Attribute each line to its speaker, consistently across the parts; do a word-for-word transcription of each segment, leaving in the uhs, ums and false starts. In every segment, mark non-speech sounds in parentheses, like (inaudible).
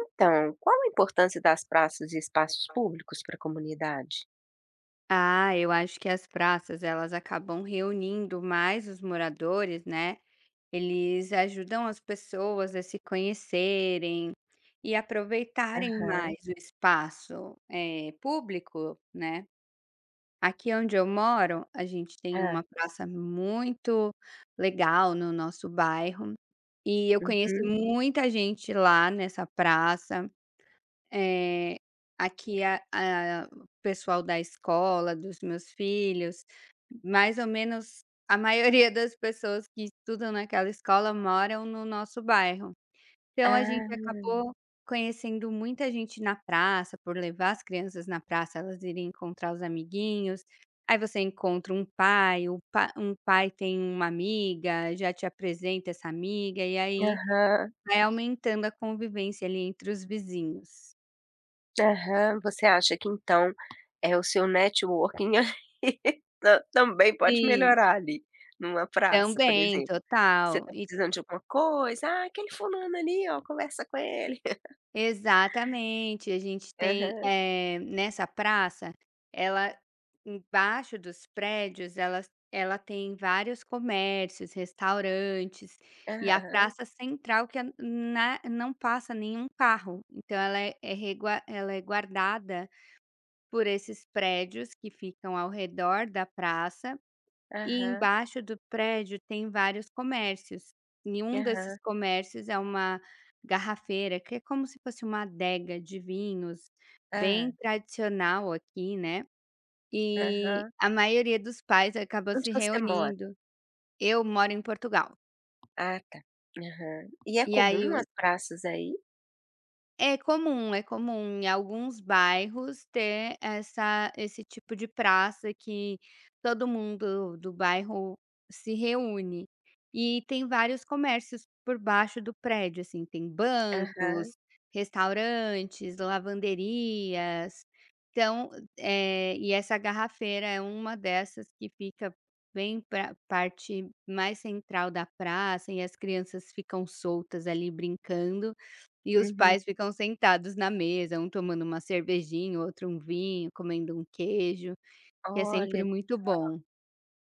Speaker 1: Então, qual a importância das praças e espaços públicos para a comunidade?
Speaker 2: Ah, eu acho que as praças elas acabam reunindo mais os moradores, né? Eles ajudam as pessoas a se conhecerem e aproveitarem mais
Speaker 1: Aham.
Speaker 2: o espaço eh, público, né? Aqui onde eu moro, a gente tem uma
Speaker 1: Hã.
Speaker 2: praça muito legal no nosso bairro e eu conheci
Speaker 1: Uhum.
Speaker 2: muita gente lá nessa praça. Eh, Aqui a a o pessoal da escola dos meus filhos, mais ou menos a maioria (laughs) das pessoas que estudam naquela escola moram no nosso bairro. Então a gente
Speaker 1: Ah.
Speaker 2: acabou conhecendo muita gente na praça, por levar as crianças na praça, elas irem encontrar os amiguinhos. Aí você encontra um pai, o pa um pai tem uma amiga, já te apresenta essa amiga, e aí
Speaker 1: Aham.
Speaker 2: vai aumentando a convivência ali entre os vizinhos.
Speaker 1: Aham. Você acha que então, é o seu networking (laughs) ta também pode
Speaker 2: Sim.
Speaker 1: melhorar ali, numa praça, por
Speaker 2: Também,
Speaker 1: exemplo. Você
Speaker 2: total.
Speaker 1: está
Speaker 2: E
Speaker 1: precisando de alguma coisa, "Ah, aquele fulano ali, ó, conversa com ele". (laughs)
Speaker 2: exatamente, a gente tem,
Speaker 1: Aham.
Speaker 2: eh, nessa praça, ela embaixo dos prédios, ela ela tem vários comércios, restaurantes, e a
Speaker 1: Aham.
Speaker 2: praça central que é na não passa nenhum carro, então ela é é regua ela é guardada por esses prédios que ficam ao redor da praça. E
Speaker 1: Aham.
Speaker 2: embaixo do prédio tem vários comércios. E um desses
Speaker 1: Aham.
Speaker 2: comércios é uma garrafeira, que é como se fosse uma adega de vinhos, bem
Speaker 1: Hã.
Speaker 2: tradicional aqui, né. E
Speaker 1: Aham.
Speaker 2: a maioria dos pais acabou
Speaker 1: Onde
Speaker 2: se
Speaker 1: você mora?
Speaker 2: reunindo. Eu moro em Portugal,
Speaker 1: Ah, tá. Aham. E é
Speaker 2: e aí
Speaker 1: comum as praças aí?
Speaker 2: é comum, é comum em alguns bairros ter essa esse tipo de praça que todo mundo do bairro se reúne. E tem vários comércios por baixo do prédio, assim, tem
Speaker 1: Aham,
Speaker 2: bancos, restaurantes, lavanderias. Então, eh, e essa garrafeira é uma dessas que fica bem para parte mais central da praça e as crianças ficam soltas ali brincando. E os
Speaker 1: uhum.
Speaker 2: pais ficam sentados na mesa, um tomando uma cervejinha, outro um vinho, comendo um queijo, que é sempre
Speaker 1: Olha,
Speaker 2: muito bom.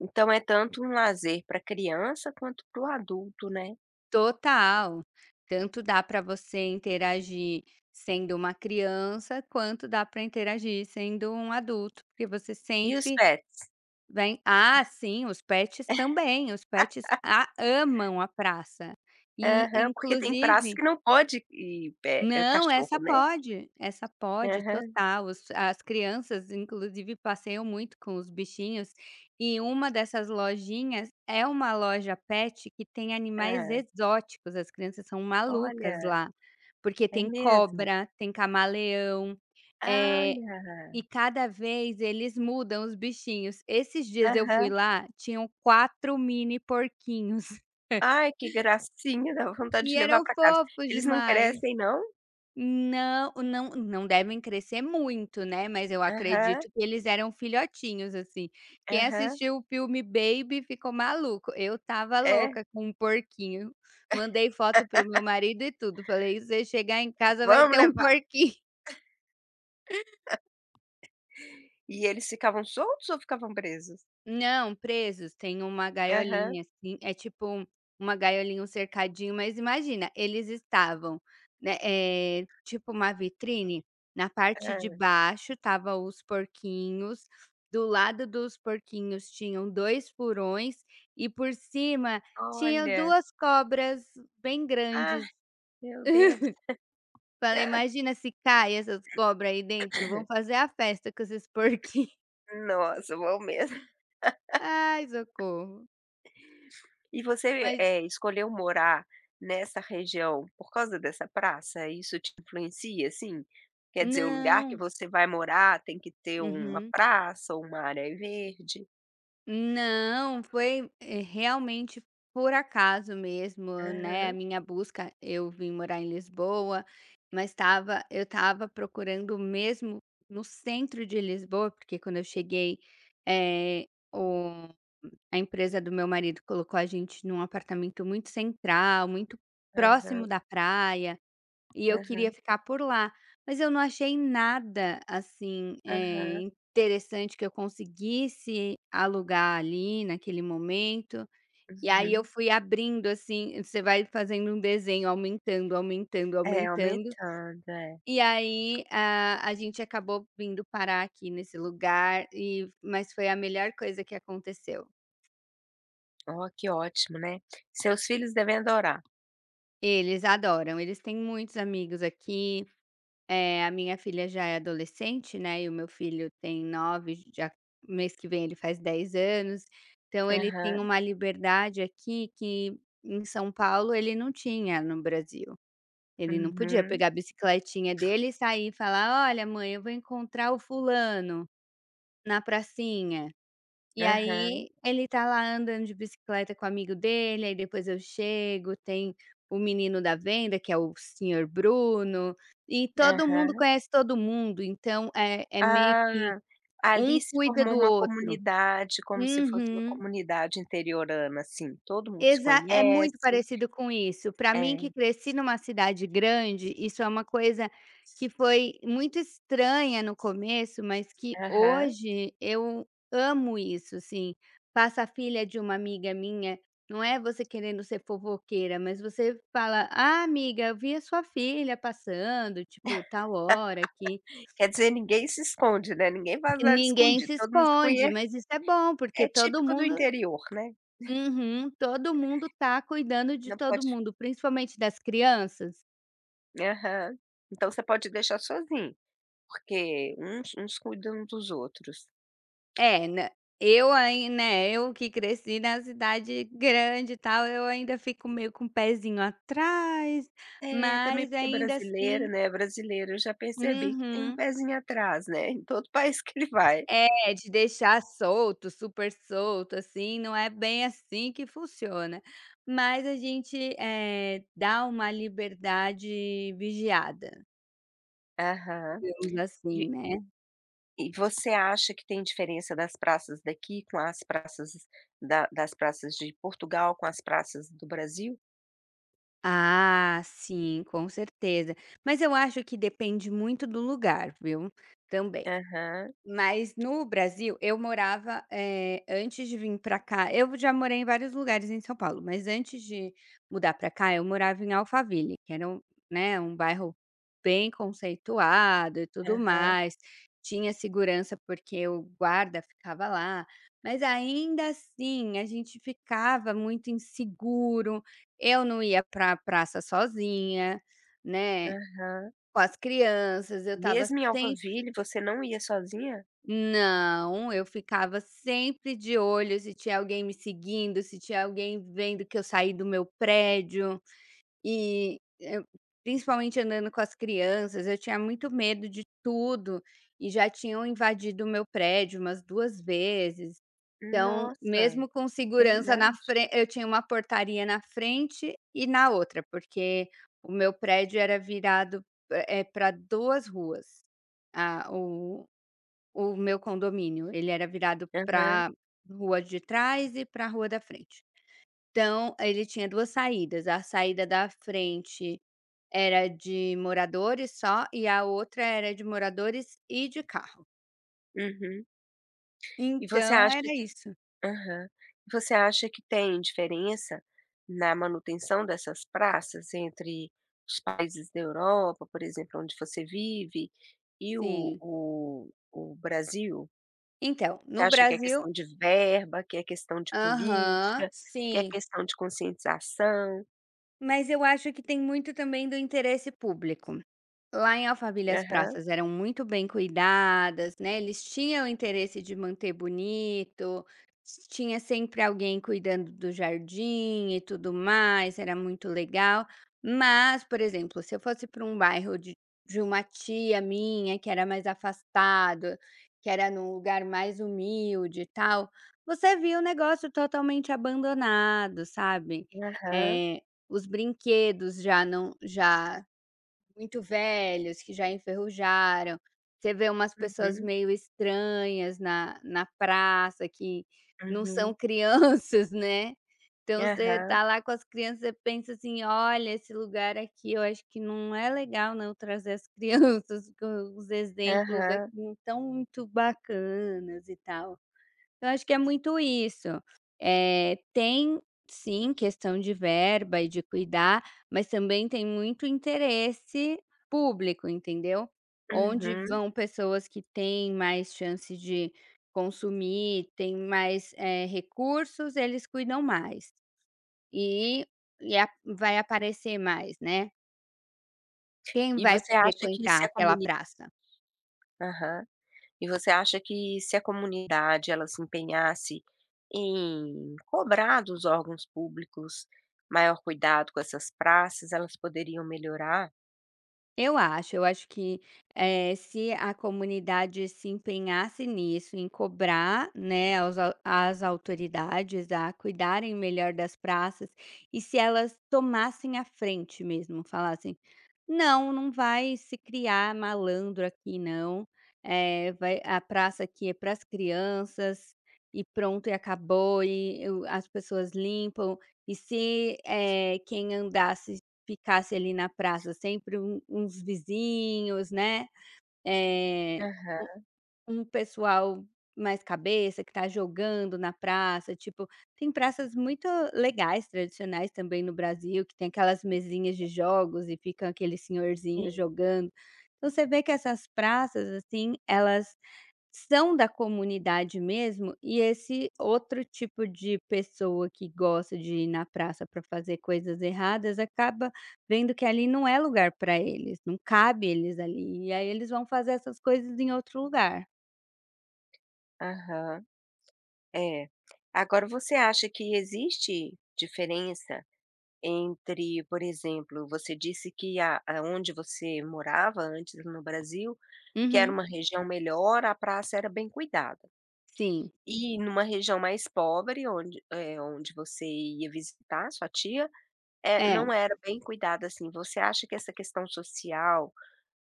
Speaker 1: então é tanto um lazer para criança quanto para o adulto, né.
Speaker 2: Total. Tanto dá para você interagir sendo uma criança, quanto dá para interagir sendo um adulto, porque você
Speaker 1: E os
Speaker 2: sempre
Speaker 1: pets?
Speaker 2: vem Ah, sim, os pets também, os pets a amam a praça. E,
Speaker 1: Aham, porque tem praças
Speaker 2: inclusive.
Speaker 1: que não pode ir pe
Speaker 2: Não, essa
Speaker 1: cachorro, né.
Speaker 2: pode, essa pode,
Speaker 1: Aham.
Speaker 2: total. Os as crianças, inclusive, passeiam muito com os bichinhos, e uma dessas lojinhas é uma loja pet que tem animais
Speaker 1: Hã.
Speaker 2: exóticos, as crianças são malucas
Speaker 1: Olha,
Speaker 2: lá, porque
Speaker 1: é
Speaker 2: tem
Speaker 1: mesmo?
Speaker 2: cobra, tem camaleão, eh,
Speaker 1: Olha.
Speaker 2: e cada vez eles mudam os bichinhos. Esses dias eu fui
Speaker 1: Aham.
Speaker 2: lá, tinham quatro mini porquinhos, (laughs)
Speaker 1: Ai, que gracinha, dá vontade
Speaker 2: e
Speaker 1: de levar
Speaker 2: eram
Speaker 1: para casa.
Speaker 2: fofos
Speaker 1: Eles não
Speaker 2: demais.
Speaker 1: crescem não?
Speaker 2: Não, não não devem crescer muito, né, mas eu
Speaker 1: Aham,
Speaker 2: acredito que eles eram filhotinhos, assim. Quem
Speaker 1: aham.
Speaker 2: assistiu o filme Baby ficou maluco, eu tava
Speaker 1: É,
Speaker 2: louca com um porquinho. Mandei foto para o meu marido e tudo, falei: "Se você chegar em casa vai
Speaker 1: vamos
Speaker 2: ter um
Speaker 1: levar.
Speaker 2: porquinho".
Speaker 1: E eles ficavam soltos ou ficavam presos?
Speaker 2: Não, presos, tem uma
Speaker 1: Aham.
Speaker 2: gaiolinha, assim, é tipo um- uma gaiolinha, um cercadinho, mas imagina, eles estavam, né, eh, tipo uma vitrine, na parte de
Speaker 1: Hã.
Speaker 2: baixo tava os porquinhos, do lado dos porquinhos tinham dois furões e por cima tinham
Speaker 1: Olha.
Speaker 2: duas cobras bem
Speaker 1: Ah,
Speaker 2: grandes.
Speaker 1: meu Deus.
Speaker 2: (laughs) Falei: "Imagina se cai essas cobras aí dentro, vão fazer a festa com esses porquinhos". (laughs)
Speaker 1: Nossa, vão mesmo.
Speaker 2: Ai, socorro.
Speaker 1: E você,
Speaker 2: Mas
Speaker 1: eh, escolheu morar nessa região por causa dessa praça? Isso te influencia, assim? Quer dizer, o lugar que
Speaker 2: não.
Speaker 1: você vai morar tem que ter uma
Speaker 2: Uhum.
Speaker 1: praça ou uma área verde?
Speaker 2: Não, foi, eh, realmente por acaso mesmo, né, a
Speaker 1: Aham,
Speaker 2: minha busca. Eu vim morar em Lisboa, mas estava eu estava procurando mesmo no centro de Lisboa, porque quando eu cheguei, eh, o a empresa do meu marido colocou a gente num apartamento muito central, muito próximo
Speaker 1: aham,
Speaker 2: da praia. E eu queria
Speaker 1: aham,
Speaker 2: ficar por lá, mas eu não achei nada, assim,
Speaker 1: aham,
Speaker 2: eh, interessante que eu conseguisse alugar ali naquele momento. E aí eu
Speaker 1: uhum.
Speaker 2: fui abrindo, assim, você vai fazendo um desenho, aumentando, aumentando,
Speaker 1: É,
Speaker 2: aumentando.
Speaker 1: aumentando, é.
Speaker 2: E aí, ah, a gente acabou vindo parar aqui nesse lugar e mas foi a melhor coisa que aconteceu.
Speaker 1: Ó, que ótimo, né. Seus filhos devem adorar.
Speaker 2: Eles adoram, eles têm muitos amigos aqui. É, a minha filha já é adolescente, né, e o meu filho tem nove, já mês que vem ele faz dez anos, então ele tem
Speaker 1: Aham,
Speaker 2: uma liberdade aqui que em São Paulo ele não tinha no Brasil. Ele não podia
Speaker 1: uhum,
Speaker 2: pegar a bicicletinha dele e sair e falar: "Olha mãe, eu vou encontrar o fulano na pracinha". E
Speaker 1: aham,
Speaker 2: aí ele tá lá andando de bicicleta com o amigo dele, aí depois eu chego, tem o menino da venda, que é o senhor Bruno, e todo mundo
Speaker 1: aham.
Speaker 2: conhece todo mundo, então é é meio que
Speaker 1: Ah,
Speaker 2: um
Speaker 1: ali se
Speaker 2: cuida
Speaker 1: formou
Speaker 2: do
Speaker 1: uma
Speaker 2: outro.
Speaker 1: comunidade, como se fosse uma
Speaker 2: Uhum.
Speaker 1: comunidade interiorana, assim, todo mundo se
Speaker 2: Exa É muito
Speaker 1: conhece.
Speaker 2: parecido com isso. Para mim que
Speaker 1: É,
Speaker 2: cresci numa cidade grande, isso é uma coisa que foi muito estranha no começo, mas que
Speaker 1: aham.
Speaker 2: hoje eu amo isso, assim. Passa a filha de uma amiga minha, não é você querendo ser fofoqueira, mas você fala: "Ah, amiga, eu vi a sua filha passando, tipo, tal hora aqui".
Speaker 1: Quer dizer, ninguém se esconde, né, ninguém faz nada
Speaker 2: Ninguém
Speaker 1: escondido,
Speaker 2: se
Speaker 1: todo mundo se
Speaker 2: esconde,
Speaker 1: conhece,
Speaker 2: mas isso é bom, porque
Speaker 1: é
Speaker 2: todo
Speaker 1: típico do
Speaker 2: mundo,
Speaker 1: interior, né.
Speaker 2: uhum, todo mundo tá cuidando de
Speaker 1: Não
Speaker 2: todo
Speaker 1: pode
Speaker 2: mundo, principalmente das crianças.
Speaker 1: aham. Então você pode deixar sozinho, porque uns uns cuidam dos outros.
Speaker 2: É, né, eu aí, né, eu que cresci na cidade grande e tal, eu ainda fico meio com o pezinho atrás,
Speaker 1: É, também
Speaker 2: mas
Speaker 1: porque
Speaker 2: ainda
Speaker 1: brasileiro,
Speaker 2: assim.
Speaker 1: né, brasileiro eu já percebi que tem um
Speaker 2: Uhum.
Speaker 1: pezinho atrás, né, em todo país que ele vai.
Speaker 2: É, de deixar solto, super solto, assim, não é bem assim que funciona. Mas a gente, eh, dá uma liberdade vigiada,
Speaker 1: Aham.
Speaker 2: digamos assim, né.
Speaker 1: E você acha que tem diferença das praças daqui com as praças da das praças de Portugal com as praças do Brasil?
Speaker 2: Ah, sim, com certeza. Mas eu acho que depende muito do lugar, viu? Também.
Speaker 1: Aham,
Speaker 2: Mas no Brasil, eu morava, eh, antes de vir para cá eu já morei em vários lugares em São Paulo, mas antes de mudar para cá, eu morava em Alphaville, que era um, né, um bairro bem conceituado e tudo
Speaker 1: aham,
Speaker 2: mais. Tinha segurança, porque o guarda ficava lá, mas ainda assim a gente ficava muito inseguro. Eu não ia pra praça sozinha, né,
Speaker 1: aham.
Speaker 2: com as crianças, eu estava
Speaker 1: Mesmo em Alphaville, você não ia sozinha?
Speaker 2: não, eu ficava sempre de olho se tinha alguém me seguindo, se tinha alguém vendo que eu saí do meu prédio e eu principalmente andando com as crianças, eu tinha muito medo de tudo e já tinham invadido o meu prédio umas duas vezes. Então,
Speaker 1: Nossa,
Speaker 2: mesmo com segurança na
Speaker 1: verdade.
Speaker 2: frente, eu tinha uma portaria na frente e na outra, porque o meu prédio era virado, eh, para duas ruas. A o o meu condomínio, ele era virado
Speaker 1: Aham,
Speaker 2: para rua de trás e para rua da frente. Então, ele tinha duas saídas, a saída da frente era de moradores só e a outra era de moradores e de carro.
Speaker 1: uhum. E você
Speaker 2: Então
Speaker 1: acha
Speaker 2: era isso.
Speaker 1: aham. E você acha que tem diferença na manutenção dessas praças entre os países da Europa, por exemplo, onde você vive, e o
Speaker 2: Sim.
Speaker 1: o o Brasil?
Speaker 2: Então,
Speaker 1: Você
Speaker 2: no
Speaker 1: acha que é
Speaker 2: Brasil.
Speaker 1: questão de verba, que é questão de
Speaker 2: Aham,
Speaker 1: política, que é
Speaker 2: sim.
Speaker 1: questão de conscientização?
Speaker 2: Mas eu acho que tem muito também do interesse público. Lá em Alphaville as
Speaker 1: Aham,
Speaker 2: praças eram muito bem cuidadas, né, eles tinham o interesse de manter bonito, s- tinha sempre alguém cuidando do jardim e tudo mais, era muito legal. Mas, por exemplo, se eu fosse para um bairro de de uma tia minha que era mais afastado, que era num lugar mais humilde e tal, você via o negócio totalmente abandonado, sabe.
Speaker 1: aham,
Speaker 2: Eh, os brinquedos já não já muito velhos, que já enferrujaram. Você vê umas pessoas
Speaker 1: uhum,
Speaker 2: meio estranhas na na praça, que não são (laughs)
Speaker 1: uhum,
Speaker 2: crianças, né. Então você
Speaker 1: aham,
Speaker 2: tá lá com as crianças, você pensa assim: "Olha, esse lugar aqui eu acho que não é legal não trazer as (laughs) crianças, porque os exemplos aqui
Speaker 1: aham,
Speaker 2: não estão muito bacanas e tal". Eu acho que é muito isso. Eh, tem sim questão de verba e de cuidar, mas também tem muito interesse público, entendeu? Onde
Speaker 1: uhum.
Speaker 2: vão pessoas que têm mais chance de consumir, têm mais, eh, recursos, eles cuidam mais. E e a vai aparecer mais, né? Quem
Speaker 1: E
Speaker 2: vai
Speaker 1: você acha que
Speaker 2: frequentar
Speaker 1: se a
Speaker 2: aquela
Speaker 1: comunidade,
Speaker 2: praça?
Speaker 1: aham. E você acha que se a comunidade ela se empenhasse em cobrar dos órgãos públicos maior cuidado com essas praças, elas poderiam melhorar?
Speaker 2: Eu acho, eu acho que, eh, se a comunidade se empenhasse nisso, em cobrar, né, aos a as autoridades a cuidarem melhor das praças, e se elas tomassem a frente mesmo, falassem não, não vai se criar malandro aqui não, eh, vai a praça aqui é para as crianças, e pronto e acabou e o as pessoas limpam, e se, eh, quem andasse ficasse ali na praça sempre um uns vizinhos, né, eh
Speaker 1: Aham,
Speaker 2: um pessoal mais cabeça que tá jogando na praça, tipo, tem praças muito legais, tradicionais também no Brasil, que tem aquelas mesinhas de jogos e ficam aqueles senhorzinhos
Speaker 1: sim,
Speaker 2: jogando. Então você vê que essas praças, assim, elas são da comunidade mesmo, e esse outro tipo de pessoa que gosta de ir na praça para fazer coisas erradas, acaba vendo que ali não é lugar para eles, não cabe eles ali, e aí eles vão fazer essas coisas em outro lugar.
Speaker 1: aham. É. Agora você acha que existe diferença entre, por exemplo, você disse que a onde você morava antes no Brasil, que era
Speaker 2: Uhum,
Speaker 1: uma região melhor, a praça era bem cuidada.
Speaker 2: sim.
Speaker 1: E numa região mais pobre, onde, eh, onde você ia visitar sua tia, eh,
Speaker 2: É,
Speaker 1: não era bem cuidada assim. Você acha que essa questão social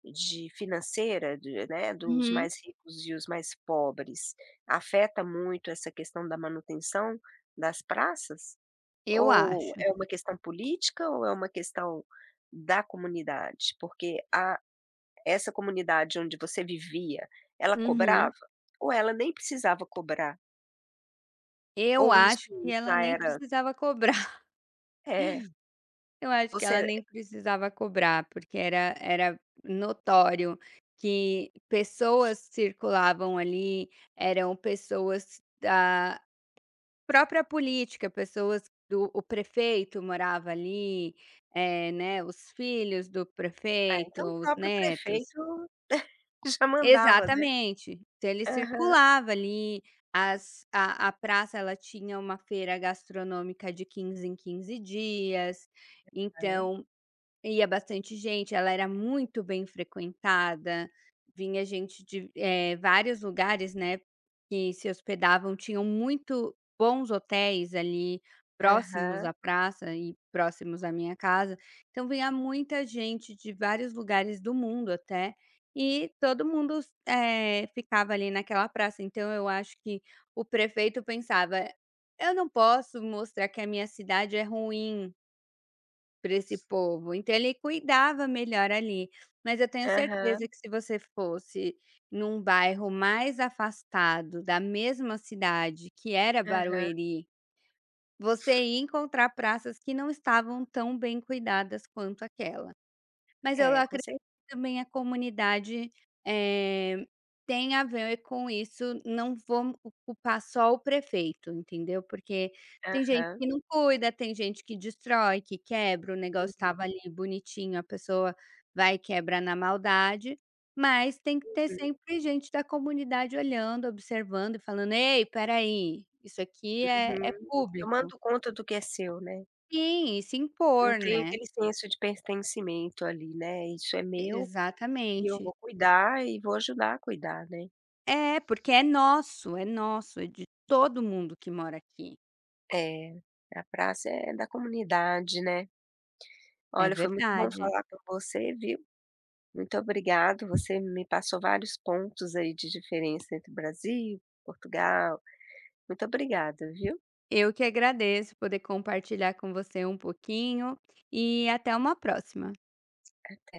Speaker 1: de financeira, de né, dos
Speaker 2: uhum,
Speaker 1: mais ricos e os mais pobres, afeta muito essa questão da manutenção das praças?
Speaker 2: eu
Speaker 1: Ou
Speaker 2: acho.
Speaker 1: é uma questão política ou é uma questão da comunidade? Porque a essa comunidade onde você vivia, ela cobrava?
Speaker 2: Uhum.
Speaker 1: Ou ela nem precisava cobrar?
Speaker 2: Eu
Speaker 1: Ou
Speaker 2: acho que
Speaker 1: isso
Speaker 2: ela
Speaker 1: já
Speaker 2: nem
Speaker 1: era
Speaker 2: precisava cobrar, (laughs)
Speaker 1: é,
Speaker 2: eu acho que ela
Speaker 1: você
Speaker 2: nem precisava cobrar, porque era era notório que pessoas circulavam ali, eram pessoas da própria política, pessoas do o prefeito morava ali, eh, né, os filhos do
Speaker 1: ah,
Speaker 2: prefeito,
Speaker 1: então o
Speaker 2: os
Speaker 1: próprio
Speaker 2: netos.
Speaker 1: prefeito (laughs) já mandava, né.
Speaker 2: Exatamente. Então ele
Speaker 1: Aham.
Speaker 2: circulava ali, as a a praça ela tinha uma feira gastronômica de quinze em quinze dias,
Speaker 1: Aham,
Speaker 2: então ia bastante gente, ela era muito bem frequentada, vinha gente de, eh, vários lugares, né, que se hospedavam, tinham muito bons hotéis ali próximos à
Speaker 1: aham,
Speaker 2: praça e próximos à minha casa, então vinha muita gente de vários lugares do mundo até, e todo mundo eh, ficava ali naquela praça, então eu acho que o prefeito pensava: "Eu não posso mostrar que a minha cidade é ruim" para esse povo, então ele cuidava melhor ali. Mas eu tenho certeza
Speaker 1: aham,
Speaker 2: que se você fosse num bairro mais afastado da mesma cidade que era
Speaker 1: aham.
Speaker 2: Barueri, você ia encontrar praças que não estavam tão bem cuidadas quanto aquela. Mas eu
Speaker 1: É, com
Speaker 2: acredito
Speaker 1: cer
Speaker 2: que também a comunidade, eh, tem a ver com isso, não vou culpar só o prefeito, entendeu. Porque tem gente
Speaker 1: aham.
Speaker 2: que não cuida, tem gente que destrói, que quebra, o negócio estava ali bonitinho, a pessoa vai e quebra na maldade, mas tem que ter
Speaker 1: Uhum,
Speaker 2: sempre gente da comunidade olhando, observando e falando: "Ei, peraí isso aqui é é
Speaker 1: uhum.
Speaker 2: público".
Speaker 1: Tomando conta do que é seu, né.
Speaker 2: Sim, e se
Speaker 1: Não
Speaker 2: impor,
Speaker 1: tem
Speaker 2: né.
Speaker 1: aquele senso de pertencimento ali, né, isso é meu e eu
Speaker 2: Exatamente.
Speaker 1: vou cuidar e vou ajudar a cuidar, né.
Speaker 2: É, porque é nosso, é nosso, é de todo mundo que mora aqui.
Speaker 1: É, a praça é da comunidade, né.
Speaker 2: É
Speaker 1: Olha, foi muito bom
Speaker 2: verdade.
Speaker 1: falar com você, viu. Muito obrigado, você me passou vários pontos aí de diferença entre Brasil, Portugal. Muito obrigada, viu.
Speaker 2: Eu que agradeço poder compartilhar com você um pouquinho e até uma próxima.